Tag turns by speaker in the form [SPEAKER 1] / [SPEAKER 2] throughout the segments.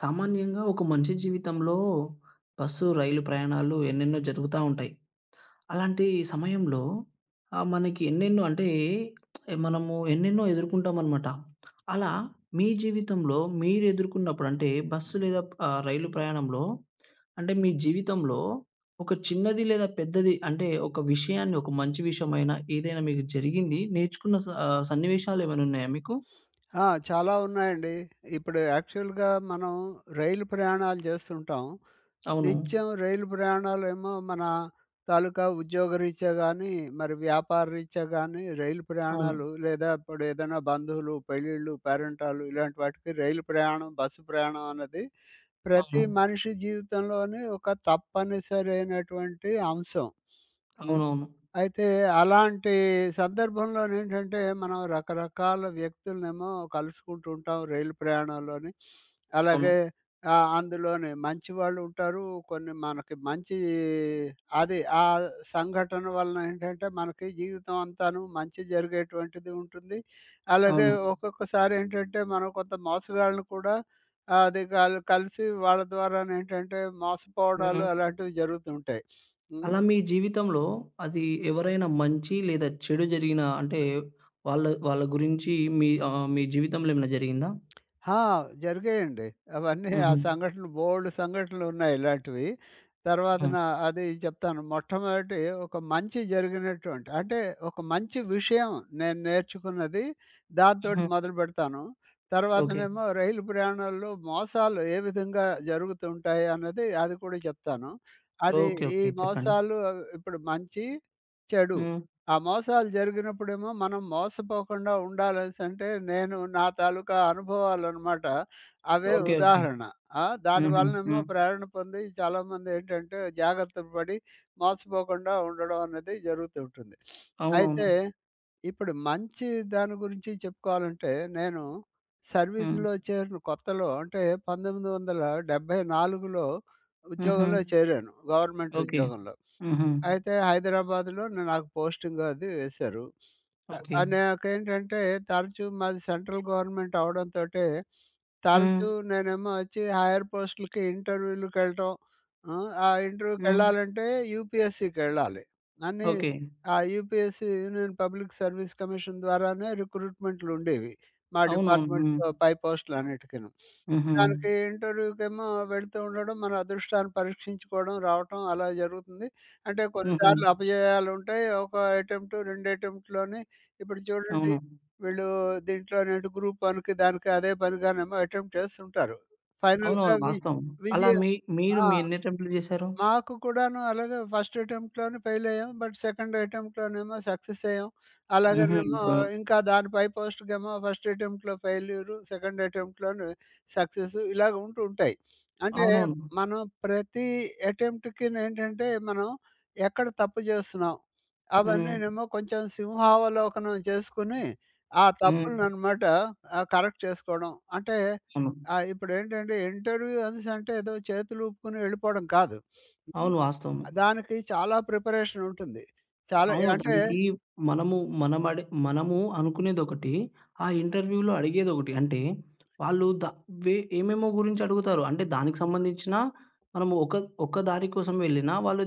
[SPEAKER 1] సామాన్యంగా ఒక మనిషి జీవితంలో బస్సు, రైలు ప్రయాణాలు ఎన్నెన్నో జరుగుతా ఉంటాయి. అలాంటి సమయంలో మనకి ఎన్నెన్నో అంటే మనము ఎన్నెన్నో ఎదుర్కొంటామనమాట. అలా మీ జీవితంలో మీరు ఎదుర్కొన్నప్పుడు అంటే బస్సు లేదా రైలు ప్రయాణంలో అంటే మీ జీవితంలో ఒక చిన్నది లేదా పెద్దది అంటే ఒక విషయాన్ని ఒక మంచి విషయమైనా ఏదైనా మీకు జరిగింది నేర్చుకున్న సన్నివేశాలేమైనా ఉన్నాయా మీకు?
[SPEAKER 2] ఆ! చాలా ఉన్నాయండి. ఇప్పుడు యాక్చువల్‌గా మనం రైలు ప్రయాణాలు చేస్తుంటాం.
[SPEAKER 1] అవును.
[SPEAKER 2] నిత్యం రైలు ప్రయాణాలేమో మన తాలూకా ఉద్యోగరీత్యా గానీ, మరి వ్యాపార రీత్యా గానీ రైలు
[SPEAKER 1] అవును.
[SPEAKER 2] ప్రయాణాలు లేదా ఇప్పుడు ఏదైనా బంధువులు, పెళ్ళిళ్ళు, పేరంటాలు ఇలాంటి వాటికి రైలు ప్రయాణం, బస్సు ప్రయాణం అన్నది ప్రతి
[SPEAKER 1] అవును.
[SPEAKER 2] మనిషి జీవితంలోని ఒక తప్పనిసరైనటువంటి అంశం.
[SPEAKER 1] అవునవును.
[SPEAKER 2] అయితే అలాంటి సందర్భంలోనేంటంటే, మనం రకరకాల వ్యక్తులనేమో కలుసుకుంటూ ఉంటాం రైలు ప్రయాణంలోని. అలాగే
[SPEAKER 1] అవును.
[SPEAKER 2] అందులోని మంచి వాళ్ళుంటారు. కొన్ని మనకి మంచి అది ఆ సంఘటన వలన ఏంటంటే, మనకి జీవితం అంతాను మంచి జరిగేటువంటిది ఉంటుంది. అలాగే
[SPEAKER 1] అవును.
[SPEAKER 2] ఒక్కొక్కసారి ఏంటంటే, మనం కొంత మోసగాళ్ళని కూడా అది కలిసి వాళ్ళ ద్వారానేంటంటే, మోసపోవడాలు
[SPEAKER 1] హ్మ్.
[SPEAKER 2] అలాంటివి జరుగుతుంటాయి. హ్మ్.
[SPEAKER 1] అలా మీ జీవితంలో అది ఎవరైనా మంచి లేదా చెడు జరిగిన అంటే వాళ్ళ వాళ్ళ గురించి మీ మీ జీవితంలో ఏమైనా జరిగిందా?
[SPEAKER 2] ఆ! జరిగాయండి. అవన్నీ ఆ
[SPEAKER 1] హుహు.
[SPEAKER 2] సంఘటనలు బోలెడు సంఘటనలున్నాయి ఇలాంటివి.
[SPEAKER 1] హుహు.
[SPEAKER 2] తర్వాతన అది చెప్తాను. మొట్టమొదటి ఒక మంచి జరిగినటువంటి అంటే ఒక మంచి విషయం నేను నేర్చుకున్నది దాంతోటి
[SPEAKER 1] హుహు.
[SPEAKER 2] మొదలుపెడతాను.
[SPEAKER 1] ఓకే.
[SPEAKER 2] తర్వాతనేమో రైలు ప్రయాణాల్లో మోసాలు ఏ విధంగా జరుగుతుంటాయి అన్నది అది కూడా చెప్తాను. అది
[SPEAKER 1] ఓకే.
[SPEAKER 2] ఈ
[SPEAKER 1] ఓకే. చెప్పండి.
[SPEAKER 2] మోసాలు ఇప్పుడు మంచి, చెడు
[SPEAKER 1] హ్మ్.
[SPEAKER 2] ఆ మోసాలు జరిగినప్పుడేమో మనం మోసపోకుండా ఉండాలనేసంటే, నేను నా తాలూకా అనుభవాలనమాట. అవే
[SPEAKER 1] ఓకే. ఓకే.
[SPEAKER 2] ఉదాహరణ. ఆ!
[SPEAKER 1] హుహు.
[SPEAKER 2] దానివలనేమో
[SPEAKER 1] హ్మ్.
[SPEAKER 2] ప్రేరణ పొంది చాలామందేంటంటే జాగ్రత్తలు పడి మోసపోకుండా ఉండడం అనేది జరుగుతూ ఉంటుంది. అయితే
[SPEAKER 1] అవునవును.
[SPEAKER 2] ఇప్పుడు మంచి దాని గురించి చెప్పుకోవాలంటే, నేను
[SPEAKER 1] హ్మ్.
[SPEAKER 2] సర్వీస్‌లో చేరిన కొత్తలో అంటే 1974లో
[SPEAKER 1] హుహు.
[SPEAKER 2] ఉద్యోగంలో చేరాను గవర్నమెంట్
[SPEAKER 1] ఓకే.
[SPEAKER 2] ఉద్యోగంలో.
[SPEAKER 1] హుహు.
[SPEAKER 2] అయితే హైదరాబాద్‌లో నాకు పోస్టింగ్ అది వేశారు. ఆహ్,
[SPEAKER 1] ఓకే.
[SPEAKER 2] ఆహ్, నాకేంటంటే తరచూ మాది సెంట్రల్ గవర్నమెంట్ అవ్వడంతోటే,
[SPEAKER 1] హ్మ్.
[SPEAKER 2] తరచూ నేనేమో వచ్చి హైయర్ పోస్ట్‌లకి ఇంటర్వ్యూలకెళ్ళటం. హ్మ్. ఆ
[SPEAKER 1] హ్మ్.
[SPEAKER 2] ఇంటర్వ్యూకెళ్ళాలంటే యూపీఎస్‌సికెళ్ళాలి. అన్నీ
[SPEAKER 1] ఓకే.
[SPEAKER 2] ఆ UPSC union public service commission ద్వారానే రిక్రూట్‌మెంట్‌లుండేవి. మా
[SPEAKER 1] అవునవును. హ్మ్.
[SPEAKER 2] డిపార్ట్మెంట్‌లో పై పోస్టులన్నిటికిను.
[SPEAKER 1] హుహు.
[SPEAKER 2] దానికి ఇంటర్వ్యూకేమో వెళ్తూ ఉండడం, మన అదృష్టాన్ని పరీక్షించుకోవడం, రావటం అలా జరుగుతుంది. అంటే
[SPEAKER 1] హుహు.
[SPEAKER 2] కొన్నిసార్లు అపజయాలుంటాయి. ఒక అటెంప్ట్, 2 అటెంప్ట్‌లోనే ఇప్పుడు చూడండి
[SPEAKER 1] అవును.
[SPEAKER 2] వీళ్ళు దీంట్లోనేంటి గ్రూప్ వన్‌కి దానికి అదే పనిగానేమో అటెంప్ట్ చేస్తుంటారు. ఫైనల్‌గా
[SPEAKER 1] అవునవును. వాస్తవం. అలా
[SPEAKER 2] విజయం
[SPEAKER 1] మీరు
[SPEAKER 2] ఆ!
[SPEAKER 1] మీ ఎన్ని అటెంప్ట్‌లు చేశారు?
[SPEAKER 2] మాకు కూడాను అలాగే ఫస్ట్ అటెంప్ట్‌లోనే ఫెయిల్ అయ్యాం. బట్ సెకండ్ అటెంప్ట్‌లోనేమో సక్సెస్ అయ్యాం.
[SPEAKER 1] హుహు.
[SPEAKER 2] అలాగనేమో
[SPEAKER 1] ఇప్పుడు
[SPEAKER 2] ఇంకా దాని పై పోస్ట్‌కేమో ఫస్ట్ అటెంప్ట్‌లో ఫెయిల్యూరు, సెకండ్ అటెంప్ట్‌లోనే సక్సెస్ ఇలాగ ఉంటూ ఉంటాయి. అంటే
[SPEAKER 1] అవునవును.
[SPEAKER 2] మనం ప్రతి అటెంప్ట్‌కినేంటంటే మనం ఎక్కడ తప్పు చేస్తున్నాం?
[SPEAKER 1] హ్మ్.
[SPEAKER 2] అవన్నీనేమో కొంచెం సింహావలోకనం చేసుకొని ఆ
[SPEAKER 1] హ్మ్.
[SPEAKER 2] తప్పులననమాట కరెక్ట్ చేసుకోవడం. అంటే
[SPEAKER 1] అవును.
[SPEAKER 2] ఇప్పుడేంటంటే ఇంటర్వ్యూ అనేసంటే ఏదో చేతులూపుకొని వెళ్ళిపోవడం కాదు. హ్మ్.
[SPEAKER 1] అవును. వాస్తవము.
[SPEAKER 2] దానికి చాలా ప్రిపరేషన్ ఉంటుంది. చాలా
[SPEAKER 1] అవును.
[SPEAKER 2] అంటే,
[SPEAKER 1] దానికి మనము మనము అనుకునేదొకటి, ఆ ఇంటర్‌వ్యూలో అడిగేదొకటి. అంటే వాళ్ళు ద వే ఏమేమో గురించి అడుగుతారు. అంటే దానికి సంబంధించిన మనము ఒక ఒక దారి కోసం వెళ్ళినా, వాళ్ళు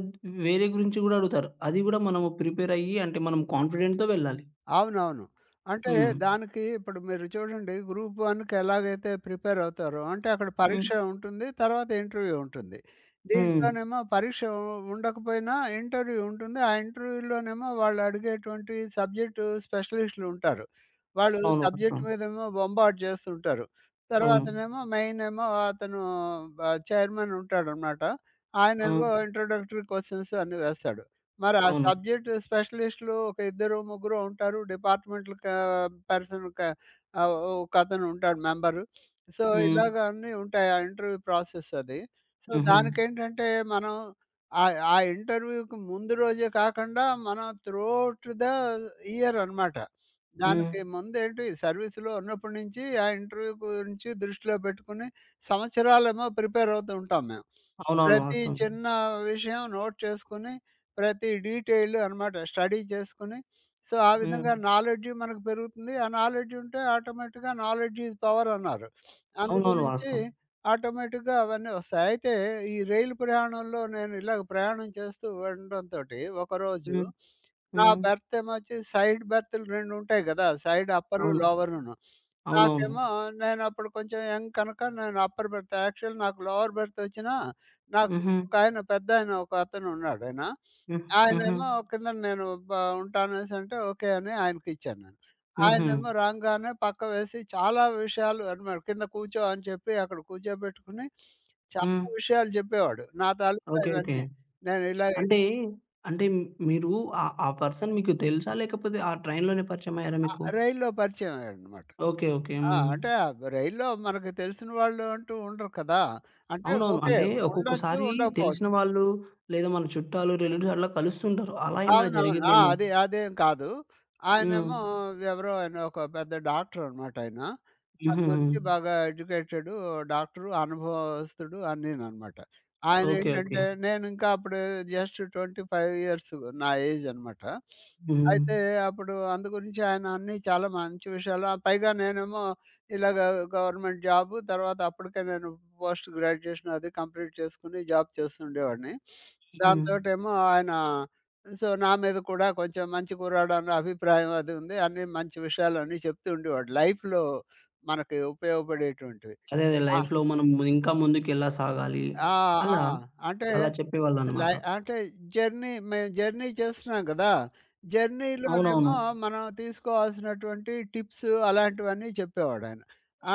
[SPEAKER 1] వేరే గురించి గూడా అడుగుతారు. అది గూడా మనము ప్రిపేర్ అయ్యి అంటే మనం కాన్ఫిడెంట్‌తో వెళ్ళాలి.
[SPEAKER 2] అవునవును. అంటే
[SPEAKER 1] హ్మ్.
[SPEAKER 2] దానికి ఇప్పుడు మీరు చూడండి గ్రూప్ వన్‌కి ఎలాగైతే ప్రిపేర్ అవుతారో అంటే అక్కడ
[SPEAKER 1] హ్మ్.
[SPEAKER 2] పరీక్ష ఉంటుంది. తర్వాత ఇంటర్వ్యూ ఉంటుంది.
[SPEAKER 1] హ్మ్.
[SPEAKER 2] దీంట్లోనేమో పరీక్ష ఉండకపోయినా ఇంటర్వ్యూ ఉంటుంది. ఆ ఇంటర్వ్యూలోనేమో వాళ్ళు అడిగేటువంటి సబ్జెక్టు స్పెషలిస్టులు ఉంటారు. వాళ్ళు
[SPEAKER 1] అవునవును.
[SPEAKER 2] సబ్జెక్ట్
[SPEAKER 1] వాస్తవం.
[SPEAKER 2] మీదేమో బొంబార్డ్ చేస్తుంటారు.
[SPEAKER 1] అవును.
[SPEAKER 2] తర్వాతనేమో మెయిన్ ఏమో అతను బ చైర్మన్ ఉంటాడనమాట.
[SPEAKER 1] ఆ!
[SPEAKER 2] ఆయనేమో ఇంట్రోడక్టరీ క్వెషన్స్ అన్నీ వేస్తాడు. మరి ఆ
[SPEAKER 1] అవును.
[SPEAKER 2] సబ్జెక్ట్ స్పెషలిస్టులు ఒక ఇద్దరు, ముగ్గురో ఉంటారు. డిపార్ట్‌మెంటల్ పర్సన్ ఆహ్, ఒకతను ఉంటాడు మెంబరు. సో,
[SPEAKER 1] హ్మ్.
[SPEAKER 2] ఇలాగ అన్నీ ఉంటాయి. ఆ ఇంటర్వ్యూ ప్రాసెస్ అది. సో,
[SPEAKER 1] హుహు.
[SPEAKER 2] దానికేంటంటే మనం ఆ ఇంటర్వ్యూకి ముందు రోజే కాకుండా మనం త్రూఅవుట్ ద ఇయర్ అనమాట.
[SPEAKER 1] హ్మ్.
[SPEAKER 2] దానికి ముందేంటి సర్వీస్‌లో ఉన్నప్పటి నుంచి ఆ ఇంటర్వ్యూ గురించి దృష్టిలో పెట్టుకొని సంవత్సరాలేమో ప్రిపేర్ అవుతూ ఉంటాం మేము.
[SPEAKER 1] అవునవును.
[SPEAKER 2] ప్రతి
[SPEAKER 1] వాస్తవం.
[SPEAKER 2] చిన్న విషయం నోట్ చేసుకొని, ప్రతి డీటెయిల్ అనమాట స్టడీ చేసుకొని, సో, ఆ
[SPEAKER 1] హ్మ్.
[SPEAKER 2] విధంగా నాలెడ్జ్ మనకు పెరుగుతుంది. ఆ నాలెడ్జ్ ఉంటే ఆటోమేటిక్‌గా నాలెడ్జ్ ఈజ్ పవర్ అన్నారు.
[SPEAKER 1] అవునవును.
[SPEAKER 2] అందుగురించి
[SPEAKER 1] వాస్తవం.
[SPEAKER 2] ఆటోమేటిక్‌గా అవన్నీ వస్తాయి. అయితే ఈ రైలు ప్రయాణంలో నేను ఇలాగ ప్రయాణం చేస్తూ ఉండడంతోటి ఒకరోజు
[SPEAKER 1] హ్మ్.
[SPEAKER 2] నా
[SPEAKER 1] హ్మ్.
[SPEAKER 2] బెర్త్ ఏమొచ్చి సైడ్ బెర్తులు 2 ఉంటాయి గదా! సైడ్ అప్పరు,
[SPEAKER 1] అవును.
[SPEAKER 2] లోవరును.
[SPEAKER 1] అవునవును.
[SPEAKER 2] నాకేమో నేనప్పుడు కొంచెం యంగ్ కనుక నేను అప్పర్ బెర్త్. యాక్చువల్ నాకు లోవర్ బెర్త్ ఒచ్చినా నాకు
[SPEAKER 1] హుహు.
[SPEAKER 2] ఒకాయన పెద్దాయన ఒక అతనున్నాడు. ఆయన.
[SPEAKER 1] హ్మ్. హుహు.
[SPEAKER 2] ఆయనేమో కిందన నేను ఉంటాననేసంటే ఓకే అని ఆయనకిచ్చాను నేను.
[SPEAKER 1] హుహు.
[SPEAKER 2] ఆయనేమో రాంగానే పక్క వేసి చాలా విషయాలు అన్నమాట. కింద కూర్చో అని చెప్పి అక్కడ కూర్చోబెట్టుకుని
[SPEAKER 1] హ్మ్.
[SPEAKER 2] చాలా విషయాలు చెప్పేవాడు. నా తాలూకా
[SPEAKER 1] ఓకే. ఓకే.
[SPEAKER 2] ఇవన్నీ. నేను ఇలా
[SPEAKER 1] అంటే, అంటే మీరు ఆ ఆ పర్సన్ మీకు తెలుసా? లేకపోతే ఆ ట్రైన్‌లోనే పరిచయమయ్యారా మీకు?
[SPEAKER 2] రైల్లో పరిచయం అయ్యాడన్నమాట.
[SPEAKER 1] ఓకే. ఓకే.
[SPEAKER 2] ఆ!
[SPEAKER 1] హ్మ్.
[SPEAKER 2] అంటే ఆ రైల్లో మనకు తెలిసిన వాళ్ళు అంటూ ఉండరు కదా! అంటే
[SPEAKER 1] అవునవును.
[SPEAKER 2] ఓకే.
[SPEAKER 1] అంటే
[SPEAKER 2] ఉండొచ్చు,
[SPEAKER 1] ఒక్కొక్కసారి
[SPEAKER 2] ఉండకపోవచ్చు.
[SPEAKER 1] తెలిసిన వాళ్ళు లేదా మన చుట్టాలు, రిలేటివ్స్ అట్లా కలుస్తుంటారు. అలా ఏమైనా
[SPEAKER 2] అవునవును. ఆ!
[SPEAKER 1] జరిగిందేమో!
[SPEAKER 2] అది అదేం కాదు.
[SPEAKER 1] హ్మ్.
[SPEAKER 2] ఆయనేమో ఎవరో ఆయన ఒక పెద్ద డాక్టరనమాట ఆయన. ఆ
[SPEAKER 1] హుహు.
[SPEAKER 2] గురించి బాగా ఎడ్యుకేటెడు డాక్టరు, అనుభవస్తుడు అన్నీననమాట.
[SPEAKER 1] ఓకే. ఓకే.
[SPEAKER 2] ఆయనేంటంటే నేనింకా అప్పుడు జస్ట్ 25 ఇయర్స్ నా ఏజనమాట.
[SPEAKER 1] హ్మ్.
[SPEAKER 2] అయితే అప్పుడు అందు గురించి ఆయన అన్నీ చాలా మంచి విషయాలు పైగా నేనేమో ఇలాగ గవర్నమెంట్ జాబు, తర్వాత అప్పటికే నేను పోస్ట్ గ్రాడ్యుయేషన్ అది కంప్లీట్ చేసుకొని జాబ్ చేస్తుండేవాడిని.
[SPEAKER 1] హ్మ్.
[SPEAKER 2] దాంతోటేమో ఆయన సో, నా మీద కూడా కొంచెం మంచి కుర్రాడు అన్న అభిప్రాయం అది ఉంది. అన్నీ మంచి విషయాలన్నీ చెప్తూ ఉండేవాడు. లైఫ్‌లో మనకి ఉపయోగపడేటువంటివి.
[SPEAKER 1] అదే. అదే.
[SPEAKER 2] ఆ!
[SPEAKER 1] లైఫ్‌లో మనం ఇంకా ముందుకెలా సాగాలి.
[SPEAKER 2] ఆ! ఆ!
[SPEAKER 1] అలా,
[SPEAKER 2] అంటే
[SPEAKER 1] అలా చెప్పేవాళ్ళనమాట.
[SPEAKER 2] అంటే జర్నీ మేము జర్నీ చేస్తున్నాం కదా! జర్నీలోనేమో
[SPEAKER 1] అవునవును.
[SPEAKER 2] మనం తీసుకోవాల్సినటువంటి టిప్స్ అలాంటివన్నీ చెప్పేవాడాయన.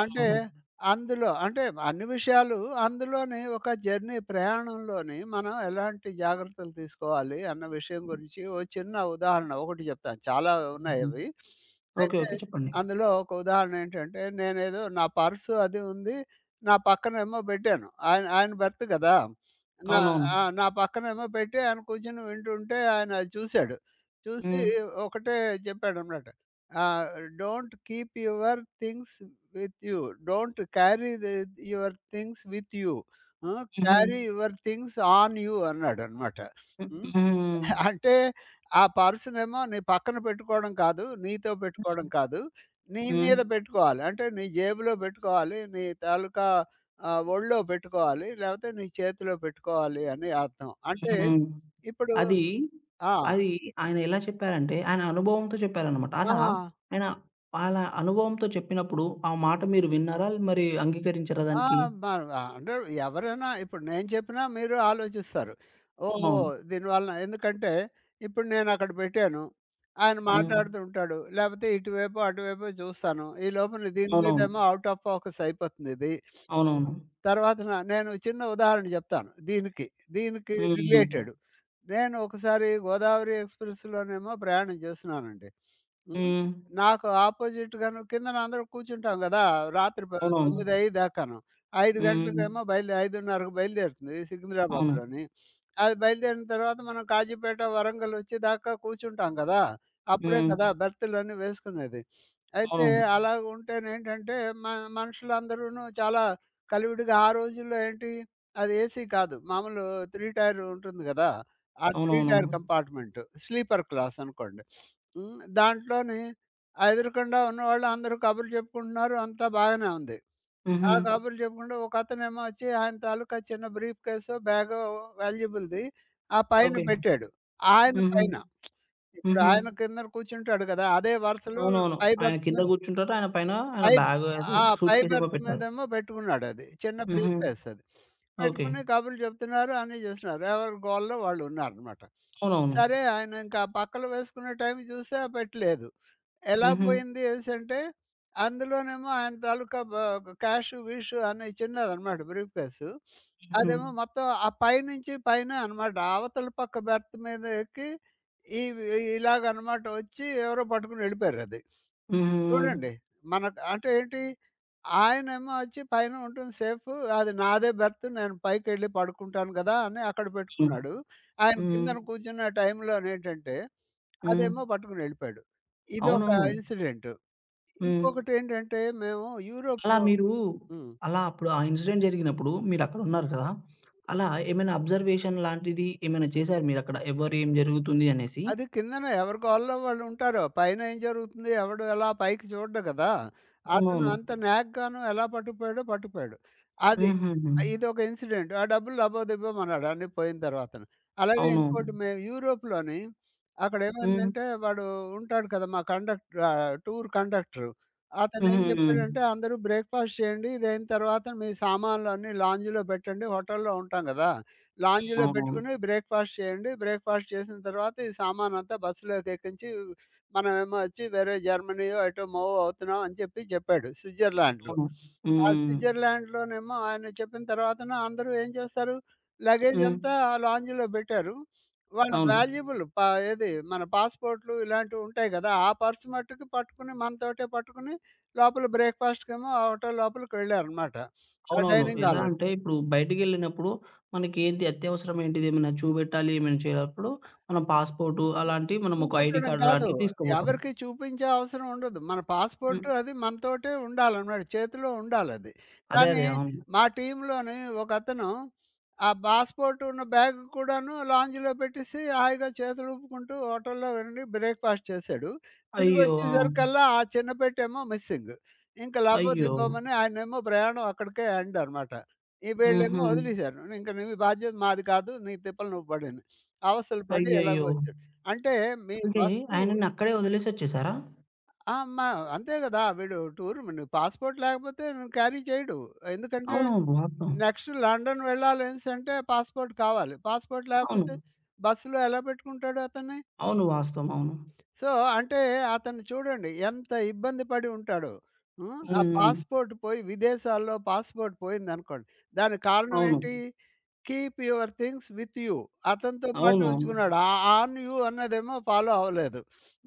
[SPEAKER 2] అంటే
[SPEAKER 1] అవును.
[SPEAKER 2] అందులో అంటే అన్ని విషయాలు అందులోని ఒక జర్నీ ప్రయాణంలోని మనం ఎలాంటి జాగ్రత్తలు తీసుకోవాలి అన్న విషయం గురించి ఓ చిన్న ఉదాహరణ ఒకటి చెప్తాను. చాలా ఉన్నాయి
[SPEAKER 1] హుహు.
[SPEAKER 2] అవి.
[SPEAKER 1] ఓకే.
[SPEAKER 2] అయితే
[SPEAKER 1] ఓకే. చెప్పండి.
[SPEAKER 2] అందులో ఒక ఉదాహరణ ఏంటంటే నేనేదో నా పర్సు అది ఉంది. నా పక్కనేమో పెట్టాను. ఆయన ఆయన బెర్త్ కదా! నా
[SPEAKER 1] అవునవును.
[SPEAKER 2] ఆ! నా పక్కనేమో పెట్టి ఆయన కూర్చొని వింటుంటే ఆయన అది చూసాడు. చూసి
[SPEAKER 1] హ్మ్.
[SPEAKER 2] ఒకటే చెప్పాడనమాట. ఆహ్, "don't keep your things with you. Don't carry your things with you. ఆ!
[SPEAKER 1] హుహు.
[SPEAKER 2] Carry your things on you" అన్నాడనమాట.
[SPEAKER 1] హ్మ్.
[SPEAKER 2] హ్మ్.
[SPEAKER 1] హ్మ్.
[SPEAKER 2] అంటే ఆ పర్సనేమో నీ పక్కన పెట్టుకోవడం కాదు, నీతో పెట్టుకోవడం కాదు. నీ
[SPEAKER 1] హ్మ్.
[SPEAKER 2] మీద పెట్టుకోవాలి. అంటే నీ జేబులో పెట్టుకోవాలి. నీ తాలూకా ఒళ్ళో పెట్టుకోవాలి. లేపోతే నీ చేతిలో పెట్టుకోవాలి అని అర్థం. అంటే
[SPEAKER 1] హ్మ్.
[SPEAKER 2] ఇప్పుడు
[SPEAKER 1] అది,
[SPEAKER 2] ఆ!
[SPEAKER 1] అది ఆయన ఎలా చెప్పారంటే, ఆయన అనుభవంతో చెప్పారనమాట.
[SPEAKER 2] ఆ!
[SPEAKER 1] అలా ఆయన అలా అనుభవంతో చెప్పినప్పుడు, ఆ మాట మీరు విన్నారా? మరి అంగీకరించారా
[SPEAKER 2] ఆ!
[SPEAKER 1] దానికి?
[SPEAKER 2] మరి అంటే ఎవరైనా ఇప్పుడు నేను చెప్పినా మీరు ఆలోచిస్తారు. ఓహో!
[SPEAKER 1] అవునవును.
[SPEAKER 2] దీనివలన ఎందుకంటే ఇప్పుడు నేనక్కడ పెట్టాను. ఆయన
[SPEAKER 1] హ్మ్.
[SPEAKER 2] మాట్లాడుతుంటాడు. లేపోతే ఇటువైపో, అటువైపో చూస్తాను. ఈలోపున దీని
[SPEAKER 1] అవునవును.
[SPEAKER 2] మీదేమో ఔట్ ఆఫ్ ఫోకస్ అయిపోతుందిది.
[SPEAKER 1] అవునవును.
[SPEAKER 2] తర్వాత నేను చిన్న ఉదాహరణ చెప్తాను దీనికి. దీనికి
[SPEAKER 1] హ్మ్.
[SPEAKER 2] రిలేటెడ్. నేను ఒకసారి గోదావరి ఎక్స్‌ప్రెస్‌లోనేమో ప్రయాణం చేస్తున్నానండి. హ్మ్.
[SPEAKER 1] హ్మ్.
[SPEAKER 2] నాకు ఆపోజిట్‌గాను కిందన అందరూ కూర్చుంటాం గదా! రాత్రి
[SPEAKER 1] అవునవును.
[SPEAKER 2] 9, 5 దాకాను. 5
[SPEAKER 1] హ్మ్.
[SPEAKER 2] గంటలకేమో బయలుదే 5:30కి బయలుదేరుతుంది
[SPEAKER 1] అవును.
[SPEAKER 2] సికింద్రాబాద్‌లోని. అది బయలుదేరిన తర్వాత మనం కాజీపేట, వరంగల్ వచ్చే దాకా కూర్చుంటాం గదా! అప్పుడే
[SPEAKER 1] హ్మ్.
[SPEAKER 2] కదా బెర్తులన్నీ వేసుకునేది. అయితే
[SPEAKER 1] అవునవును.
[SPEAKER 2] అలాగుంటేనేంటంటే మ మనుషులందరూను చాలా కలివిడిగా ఆ రోజుల్లో ఏంటి, అది ఏసీ కాదు. మామూలు 3 టైర్ ఉంటుంది గదా! ఆ 3 టైర్
[SPEAKER 1] అవునవునవును.
[SPEAKER 2] కంపార్ట్మెంటు. స్లీపర్ క్లాస్ అనుకోండి. హ్మ్. దాంట్లోని ఎదురుగుండా ఉన్నవాళ్ళు అందరూ కబుర్లు చెప్పుకుంటున్నారు. అంతా బాగానే ఉంది. ఆ
[SPEAKER 1] హుహు.
[SPEAKER 2] కబుర్లు చెప్పుకుంటూ ఒకతనేమో వచ్చి ఆయన తాలూకా చిన్న బ్రీఫ్ కేసో, బ్యాగో వాల్యుబుల్‌ది ఆ పైన
[SPEAKER 1] ఓకే.
[SPEAKER 2] పెట్టాడు. ఆయన
[SPEAKER 1] హుహు.
[SPEAKER 2] పైన. ఇప్పుడు
[SPEAKER 1] హుహు.
[SPEAKER 2] ఆయన కిందన కూర్చుంటాడు గదా! అదే వరుసలో
[SPEAKER 1] అవునవును.
[SPEAKER 2] పై
[SPEAKER 1] ఆయన
[SPEAKER 2] బెర్త్
[SPEAKER 1] కింద
[SPEAKER 2] మీద
[SPEAKER 1] కూర్చుంటారు. ఆయన పైన ఆయన
[SPEAKER 2] పై
[SPEAKER 1] బ్యాగ్ అది
[SPEAKER 2] ఆ! పై
[SPEAKER 1] సూట్‌కేస్ ఏమో
[SPEAKER 2] బెర్త్
[SPEAKER 1] పెట్టారు.
[SPEAKER 2] మీదేమో పెట్టుకున్నాడది. చిన్న
[SPEAKER 1] హుహు.
[SPEAKER 2] బ్రీఫ్ కేస్ అది.
[SPEAKER 1] ఓకే.
[SPEAKER 2] పెట్టుకుని కబుర్లు చెప్తున్నారు, అన్నీ చేస్తున్నారు. ఎవరి గోలలో వాళ్ళున్నారనమాట.
[SPEAKER 1] అవునవును.
[SPEAKER 2] సరే ఆయన ఇంకా పక్కలు వేసుకునే టైం చూస్తే ఆ పెట్టె లేదు. ఎలా
[SPEAKER 1] హుహు.
[SPEAKER 2] పోయింది అనేసంటే, అందులోనేమో ఆయన తాలూకా క్యాష్, విష్ అన్నీ చిన్నదనమాట బ్రీఫ్ కేసు.
[SPEAKER 1] హుహు.
[SPEAKER 2] అదేమో మొత్తం ఆ పైనుంచి పైనే అనమాట. అవతల పక్క బెర్త్ మీద ఎక్కి, ఈ ఇలాగనమాట వచ్చి ఎవరో పట్టుకొని వెళ్ళిపోయారది.
[SPEAKER 1] హుహు.
[SPEAKER 2] చూడండి. మనకు అంటే ఏంటి, ఆయనేమో వచ్చి పైన ఉంటుంది సేఫు. అది నాదే బెర్త్ నేను పైకెళ్ళి పడుకుంటాను గదా! అని అక్కడ
[SPEAKER 1] హ్మ్.
[SPEAKER 2] పెట్టుకున్నాడు. ఆయన
[SPEAKER 1] హ్మ్.
[SPEAKER 2] కిందన కూర్చున్న టైంలోనేంటంటే,
[SPEAKER 1] హ్మ్.
[SPEAKER 2] అదేమో పట్టుకొని ఎళ్ళిపోయాడు. ఇదొక
[SPEAKER 1] అవునవును.
[SPEAKER 2] ఇన్సిడెంటు.
[SPEAKER 1] హ్మ్.
[SPEAKER 2] ఇంకొకటేంటంటే, మేము
[SPEAKER 1] అలా
[SPEAKER 2] యూరోప్‌లో
[SPEAKER 1] మీరు
[SPEAKER 2] హ్మ్.
[SPEAKER 1] అలా అప్పుడు ఆ ఇన్సిడెంట్ జరిగినప్పుడు మీరక్కడున్నారు కదా! అలా ఏమైనా అబ్జర్వేషన్ లాంటిది ఏమైనా చేశారా మీరక్కడ? ఎవరు ఏం జరుగుతుంది అనేసి?
[SPEAKER 2] అది కిందన ఎవరి గోలలో వాళ్ళు ఉంటారు. పైన ఏం జరుగుతుంది ఎవడు ఎలా పైకి చూడడు కదా! అతను
[SPEAKER 1] అవునవును.
[SPEAKER 2] అంత నాగ్గాను ఎలా పట్టుకుపోయాడో పట్టుకుపోయాడు. అది
[SPEAKER 1] హుహుహు.
[SPEAKER 2] ఇదొక ఇన్సిడెంట్. ఆ డబ్బులు లబోదిబోమన్నాడు అన్నీ పోయిన తర్వాతను. అలాగే
[SPEAKER 1] అవునవును.
[SPEAKER 2] ఇంకోటి మేము యూరోప్‌లోని
[SPEAKER 1] హ్మ్.
[SPEAKER 2] అక్కడేమైందంటే వాడు ఉంటాడు కదా! మా కండక్టర్ టూర్ కండక్టరు. అతనేం
[SPEAKER 1] హుహు. హ్మ్.
[SPEAKER 2] చెప్పాడంటే "అందరూ బ్రేక్‌ఫాస్ట్ చేయండి. ఇదయిన తర్వాత మీ సామాన్లన్నీ లాంజ్‌లో పెట్టండి. హోటల్‌లో ఉంటాం గదా!" లాంజ్‌లో
[SPEAKER 1] అవునవును.
[SPEAKER 2] పెట్టుకొని బ్రేక్‌ఫాస్ట్ చేయండి. బ్రేక్‌ఫాస్ట్ చేసిన తర్వాత ఈ సామానంతా బస్సులోకి ఎక్కించి మనమేమో వచ్చి వేరే జర్మనీయో ఎటో మూవ్ అవుతున్నాం అని చెప్పి చెప్పాడు స్విట్జర్లాండ్‌లో.
[SPEAKER 1] అవును.
[SPEAKER 2] ఆ
[SPEAKER 1] హ్మ్.
[SPEAKER 2] స్విట్జర్లాండ్‌లోనేమో ఆయన చెప్పిన తర్వాతన అందరూ ఏం చేస్తారు లగేజ్
[SPEAKER 1] హ్మ్.
[SPEAKER 2] అంతా ఆ లాంజ్‌లో పెట్టారు. వాళ్ళ
[SPEAKER 1] అవును.
[SPEAKER 2] వాల్యుబుల్ పా ఏది మన పాస్‌పోర్ట్‌లు ఇలాంటివి ఉంటాయి కదా! ఆ పర్స్ మట్టుకు పట్టుకుని మనతోటే పట్టుకుని లోపల బ్రేక్‌ఫాస్ట్‌కేమో ఆ హోటల్ లోపలికి వెళ్ళారనమాట. ఆ
[SPEAKER 1] అవునవును.
[SPEAKER 2] డైనింగ్
[SPEAKER 1] ఎలా
[SPEAKER 2] హాల్‌లోకి.
[SPEAKER 1] అంటే ఇప్పుడు బయటికెళ్ళినప్పుడు మనకేంటి అత్యవసరం ఏంటిది ఏమైనా చూపెట్టాలి, ఏమైనా చేయాలన్నప్పుడు మనం పాస్‌పోర్టు అలాంటివి మనం ఒక ఐడీ
[SPEAKER 2] చూపెట్టడం
[SPEAKER 1] కార్డ్
[SPEAKER 2] కాదు.
[SPEAKER 1] లాంటివి తీసుకుపోతాం.
[SPEAKER 2] ఎవరికీ చూపించే అవసరం ఉండదు. మన
[SPEAKER 1] హ్మ్.
[SPEAKER 2] పాస్‌పోర్ట్ అది మనతోటే ఉండాలనమాట. చేతిలో ఉండాలది.
[SPEAKER 1] అదే.
[SPEAKER 2] కానీ
[SPEAKER 1] అదే. అవును.
[SPEAKER 2] మా టీమ్‌లోని ఒకతను ఆ పాస్‌పోర్ట్ ఉన్న బ్యాగ్ కూడాను లాంజ్‌లో పెట్టేసి హాయిగా చేతులు ఊపుకుంటూ హోటల్‌లో వెండి బ్రేక్‌ఫాస్ట్ చేశాడు.
[SPEAKER 1] అయ్యో! ఆ!
[SPEAKER 2] తిరిగొచ్చేసరికల్లా ఆ చిన్న పెట్టేమో మిస్సింగ్. ఇంక
[SPEAKER 1] అయ్యో!
[SPEAKER 2] లబోదిబోమని ఆయనేమో ప్రయాణం అక్కడికే ఎండ్ అనమాట. ఈ వీళ్ళేమో
[SPEAKER 1] హుహు.
[SPEAKER 2] వదిలేసారు. ఇంక నీ బాధ్యత మాది కాదు. నీ తిప్పలు నువ్వు పడని. అవస్థలు పడి ఎలాగో
[SPEAKER 1] అయ్యయ్యో!
[SPEAKER 2] వచ్చాడు. అంటే మీ
[SPEAKER 1] అంటే
[SPEAKER 2] వస్తువు
[SPEAKER 1] ఆయనని అక్కడే వదిలేసొచ్చేసారా?
[SPEAKER 2] ఆ! మ అంతే గదా! వీడు టూర్ ను పాస్‌పోర్ట్ లేకపోతే క్యారీ చేయడు. ఎందుకంటే
[SPEAKER 1] అవునవును. వాస్తవం.
[SPEAKER 2] నెక్స్ట్ లండన్ వెళ్ళాలనేసంటే పాస్‌పోర్ట్ కావాలి. పాస్‌పోర్ట్ లేకపోతే
[SPEAKER 1] అవును.
[SPEAKER 2] బస్సులో ఎలా పెట్టుకుంటాడు అతన్ని?
[SPEAKER 1] అవును. వాస్తవం. అవును.
[SPEAKER 2] సో, అంటే అతను చూడండి ఎంత ఇబ్బంది పడి ఉంటాడో. హ్మ్.
[SPEAKER 1] హ్మ్.
[SPEAKER 2] ఆ
[SPEAKER 1] హ్మ్.
[SPEAKER 2] పాస్‌పోర్ట్ పోయి విదేశాల్లో పాస్‌పోర్ట్ పోయిందనుకోండి. దానికి కారణం
[SPEAKER 1] అవును.
[SPEAKER 2] ఏంటి? Keep your things with you. అతనితో పాటు
[SPEAKER 1] అవునవును.
[SPEAKER 2] ఉంచుకున్నాడు. ఆ ఆన్ యూ అన్నదేమో ఫాలో అవ్వలేదు.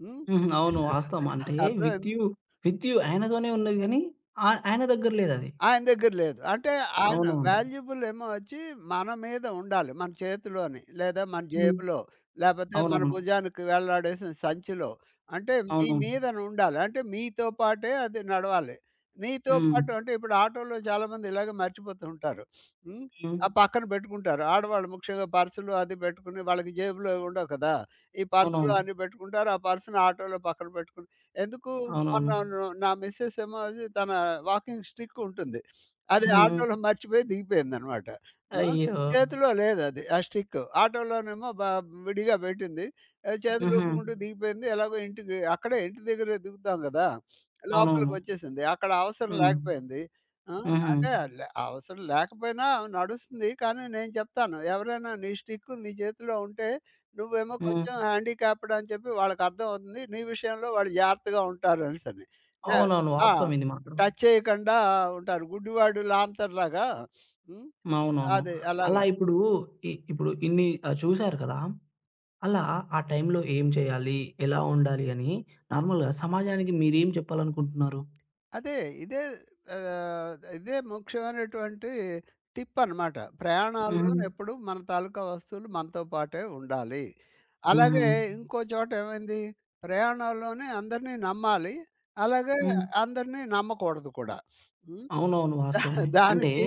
[SPEAKER 2] హ్మ్.
[SPEAKER 1] హుహు. అవును. వాస్తవం. అంటే విత్
[SPEAKER 2] అర్థమైందా?
[SPEAKER 1] యూ, విత్ యూ ఆయనతోనే ఉన్నది గానీ, ఆయన దగ్గర లేదది.
[SPEAKER 2] ఆయన దగ్గర లేదు. అంటే ఆయన
[SPEAKER 1] అవునవును.
[SPEAKER 2] వాల్యుబుల్ ఏమో వచ్చి మన మీద ఉండాలి. మన చేతిలోని లేదా మన
[SPEAKER 1] హ్మ్.
[SPEAKER 2] జేబులో లేపోతే మన
[SPEAKER 1] అవునవును.
[SPEAKER 2] భుజానికి వేలాడేసిన సంచిలో. అంటే మీ
[SPEAKER 1] అవునవును.
[SPEAKER 2] మీదన ఉండాలి. అంటే మీతో పాటే అది నడవాలి. నీతో
[SPEAKER 1] హ్మ్.
[SPEAKER 2] పాటు అంటే ఇప్పుడు ఆటోలో చాలామంది ఇలాగే మర్చిపోతూ ఉంటారు. హ్మ్.
[SPEAKER 1] హ్మ్.
[SPEAKER 2] ఆ పక్కన పెట్టుకుంటారు. ఆడవాళ్ళు ముఖ్యంగా పర్సులు అది పెట్టుకుని వాళ్ళకి జేబులో ఉండవు కదా! ఈ పర్సులు
[SPEAKER 1] అవునవును.
[SPEAKER 2] అన్నీ పెట్టుకుంటారు. ఆ పర్సుని ఆటోలో పక్కన పెట్టుకుని ఎందుకు మొన్న
[SPEAKER 1] అవునవును.
[SPEAKER 2] నా మిస్సెస్ ఏమో అది తన వాకింగ్ స్టిక్ ఉంటుంది అది
[SPEAKER 1] హ్మ్. హ్మ్.
[SPEAKER 2] ఆటోలో మర్చిపోయి దిగిపోయింది అనమాట
[SPEAKER 1] అయ్యో!
[SPEAKER 2] చేతిలో లేదు అది ఆ స్టిక్ ఆటోలోనేమో విడిగా పెట్టింది చేతులు
[SPEAKER 1] హుహు.
[SPEAKER 2] ఊపుకుంటూ దిగిపోయింది ఎలాగో ఇంటికి అక్కడే ఇంటి దగ్గరే దిగుతాం కదా లోపలికి
[SPEAKER 1] అవునవును.
[SPEAKER 2] వచ్చేసింది అక్కడ అవసరం
[SPEAKER 1] హ్మ్.
[SPEAKER 2] లేకపోయింది ఆ,
[SPEAKER 1] హుహు.
[SPEAKER 2] అంటే అవసరం లేకపోయినా నడుస్తుంది కానీ నేను చెప్తాను ఎవరైనా నీ స్టిక్ నీ చేతిలో ఉంటే నువ్వేమో
[SPEAKER 1] హ్మ్.
[SPEAKER 2] కొంచెం హ్యాండిక్యాప్డ్ అని చెప్పి వాళ్ళకర్థమవుతుంది. నీ విషయంలో వాళ్ళు జాగ్రత్తగా ఉంటారు అనేసని. య
[SPEAKER 1] అవునవును.
[SPEAKER 2] ఆ!
[SPEAKER 1] వాస్తవం ఇది మాత్రం.
[SPEAKER 2] టచ్ చేయకుండా ఉంటారు. గుడ్డివాడు లాంతర్‌లాగా. హ్మ్.
[SPEAKER 1] అవునవును.
[SPEAKER 2] అది అలాగ.
[SPEAKER 1] అలా ఇప్పుడు ఇప్పుడు ఇన్ని చూసారు కదా! అలా ఆ టైంలో ఏం చేయాలి? ఎలా ఉండాలి? అని నార్మల్‌గా సమాజానికి మీరేం చెప్పాలనుకుంటున్నారు?
[SPEAKER 2] అదే. ఇదే ఇదే ముఖ్యమైనటువంటి టిప్ అనమాట.
[SPEAKER 1] హుహు.
[SPEAKER 2] ప్రయాణాల్లోనెప్పుడు మన తాలూకా వస్తువులు మనతో పాటే ఉండాలి.
[SPEAKER 1] హుహు.
[SPEAKER 2] అలాగే ఇంకో చోట ఏమైంది, ప్రయాణాల్లోనే అందరిని నమ్మాలి. అలాగే
[SPEAKER 1] హ్మ్.
[SPEAKER 2] అందరిని నమ్మకూడదు కూడా. హ్మ్.
[SPEAKER 1] అవునవును.
[SPEAKER 2] దా
[SPEAKER 1] వాస్తవమే. అంటే
[SPEAKER 2] దానికి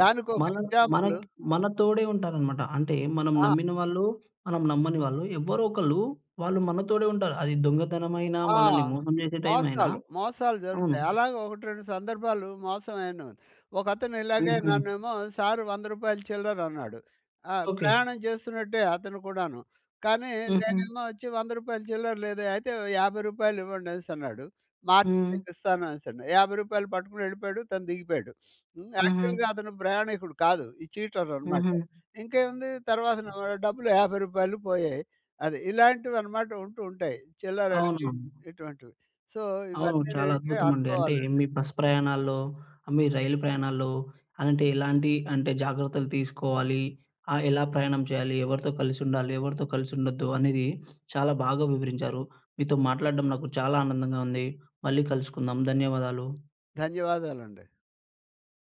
[SPEAKER 2] దానికొక
[SPEAKER 1] మన
[SPEAKER 2] ఎగ్జాంపులు
[SPEAKER 1] మనక్ మన తోడే ఉంటారనమాట. అంటే మనం
[SPEAKER 2] ఆ!
[SPEAKER 1] నమ్మిన వాళ్ళు, మనం నమ్మని వాళ్ళు ఎవ్వరో ఒకళ్ళు వాళ్ళు మనతోడే ఉంటారు. అది దొంగతనమైనా,
[SPEAKER 2] ఆ!
[SPEAKER 1] మనల్ని మోసం చేసే టైం అయినా
[SPEAKER 2] మోసాలు, మోసాలు
[SPEAKER 1] అవును.
[SPEAKER 2] జరుగుతాయి. అలాగే 1, 2 సందర్భాలు మోసం అయిన ఒకతను ఇలాగే
[SPEAKER 1] హుహు.
[SPEAKER 2] నన్నేమో "సారు రూ. 100 చిల్లర" అన్నాడు. ఆ!
[SPEAKER 1] ఓకే.
[SPEAKER 2] ప్రయాణం చేస్తున్నట్టే అతను కూడాను. కానీ
[SPEAKER 1] హుహు.
[SPEAKER 2] నేనేమో వచ్చి "రూ. 100 చిల్లర లేదే" అయితే "రూ. 50 ఇవ్వండనేసన్నాడు. మార్చి
[SPEAKER 1] హ్మ్.
[SPEAKER 2] మీకిస్తాను" అనేసని. రూ. 50 పట్టుకొని వెళ్ళిపోయాడు. తను దిగిపోయాడు. హ్మ్.
[SPEAKER 1] హుహు.
[SPEAKER 2] యాక్చువల్‌గా అతను ప్రయాణికుడు కాదు. ఈ చీటరనమాట.
[SPEAKER 1] హుహు.
[SPEAKER 2] ఇంకేముంది తర్వాత నా డబ్బులు రూ. 50 పోయాయి. అది ఇలాంటివన్నమాట ఉంటూ ఉంటాయి. చిల్లరడిగి
[SPEAKER 1] అవునవును.
[SPEAKER 2] ఇటువంటివి. సో,
[SPEAKER 1] అవును.
[SPEAKER 2] ఇవన్నీ
[SPEAKER 1] చాలా
[SPEAKER 2] ఏంటంటే
[SPEAKER 1] అద్భుతమండి. అంటే
[SPEAKER 2] అనుభవాలండి.
[SPEAKER 1] మీ బస్ ప్రయాణాల్లో, మీ రైలు ప్రయాణాల్లో అలాంటి ఎలాంటి అంటే జాగ్రత్తలు తీసుకోవాలి? ఎలా ప్రయాణం చేయాలి? ఎవరితో కలిసుండాలి? ఎవరితో కలిసుండొద్దు? అనేది చాలా బాగా వివరించారు. మీతో మాట్లాడడం నాకు చాలా ఆనందంగా ఉంది. మళ్ళీ కలుసుకుందాం. ధన్యవాదాలు.
[SPEAKER 2] ధన్యవాదాలండి.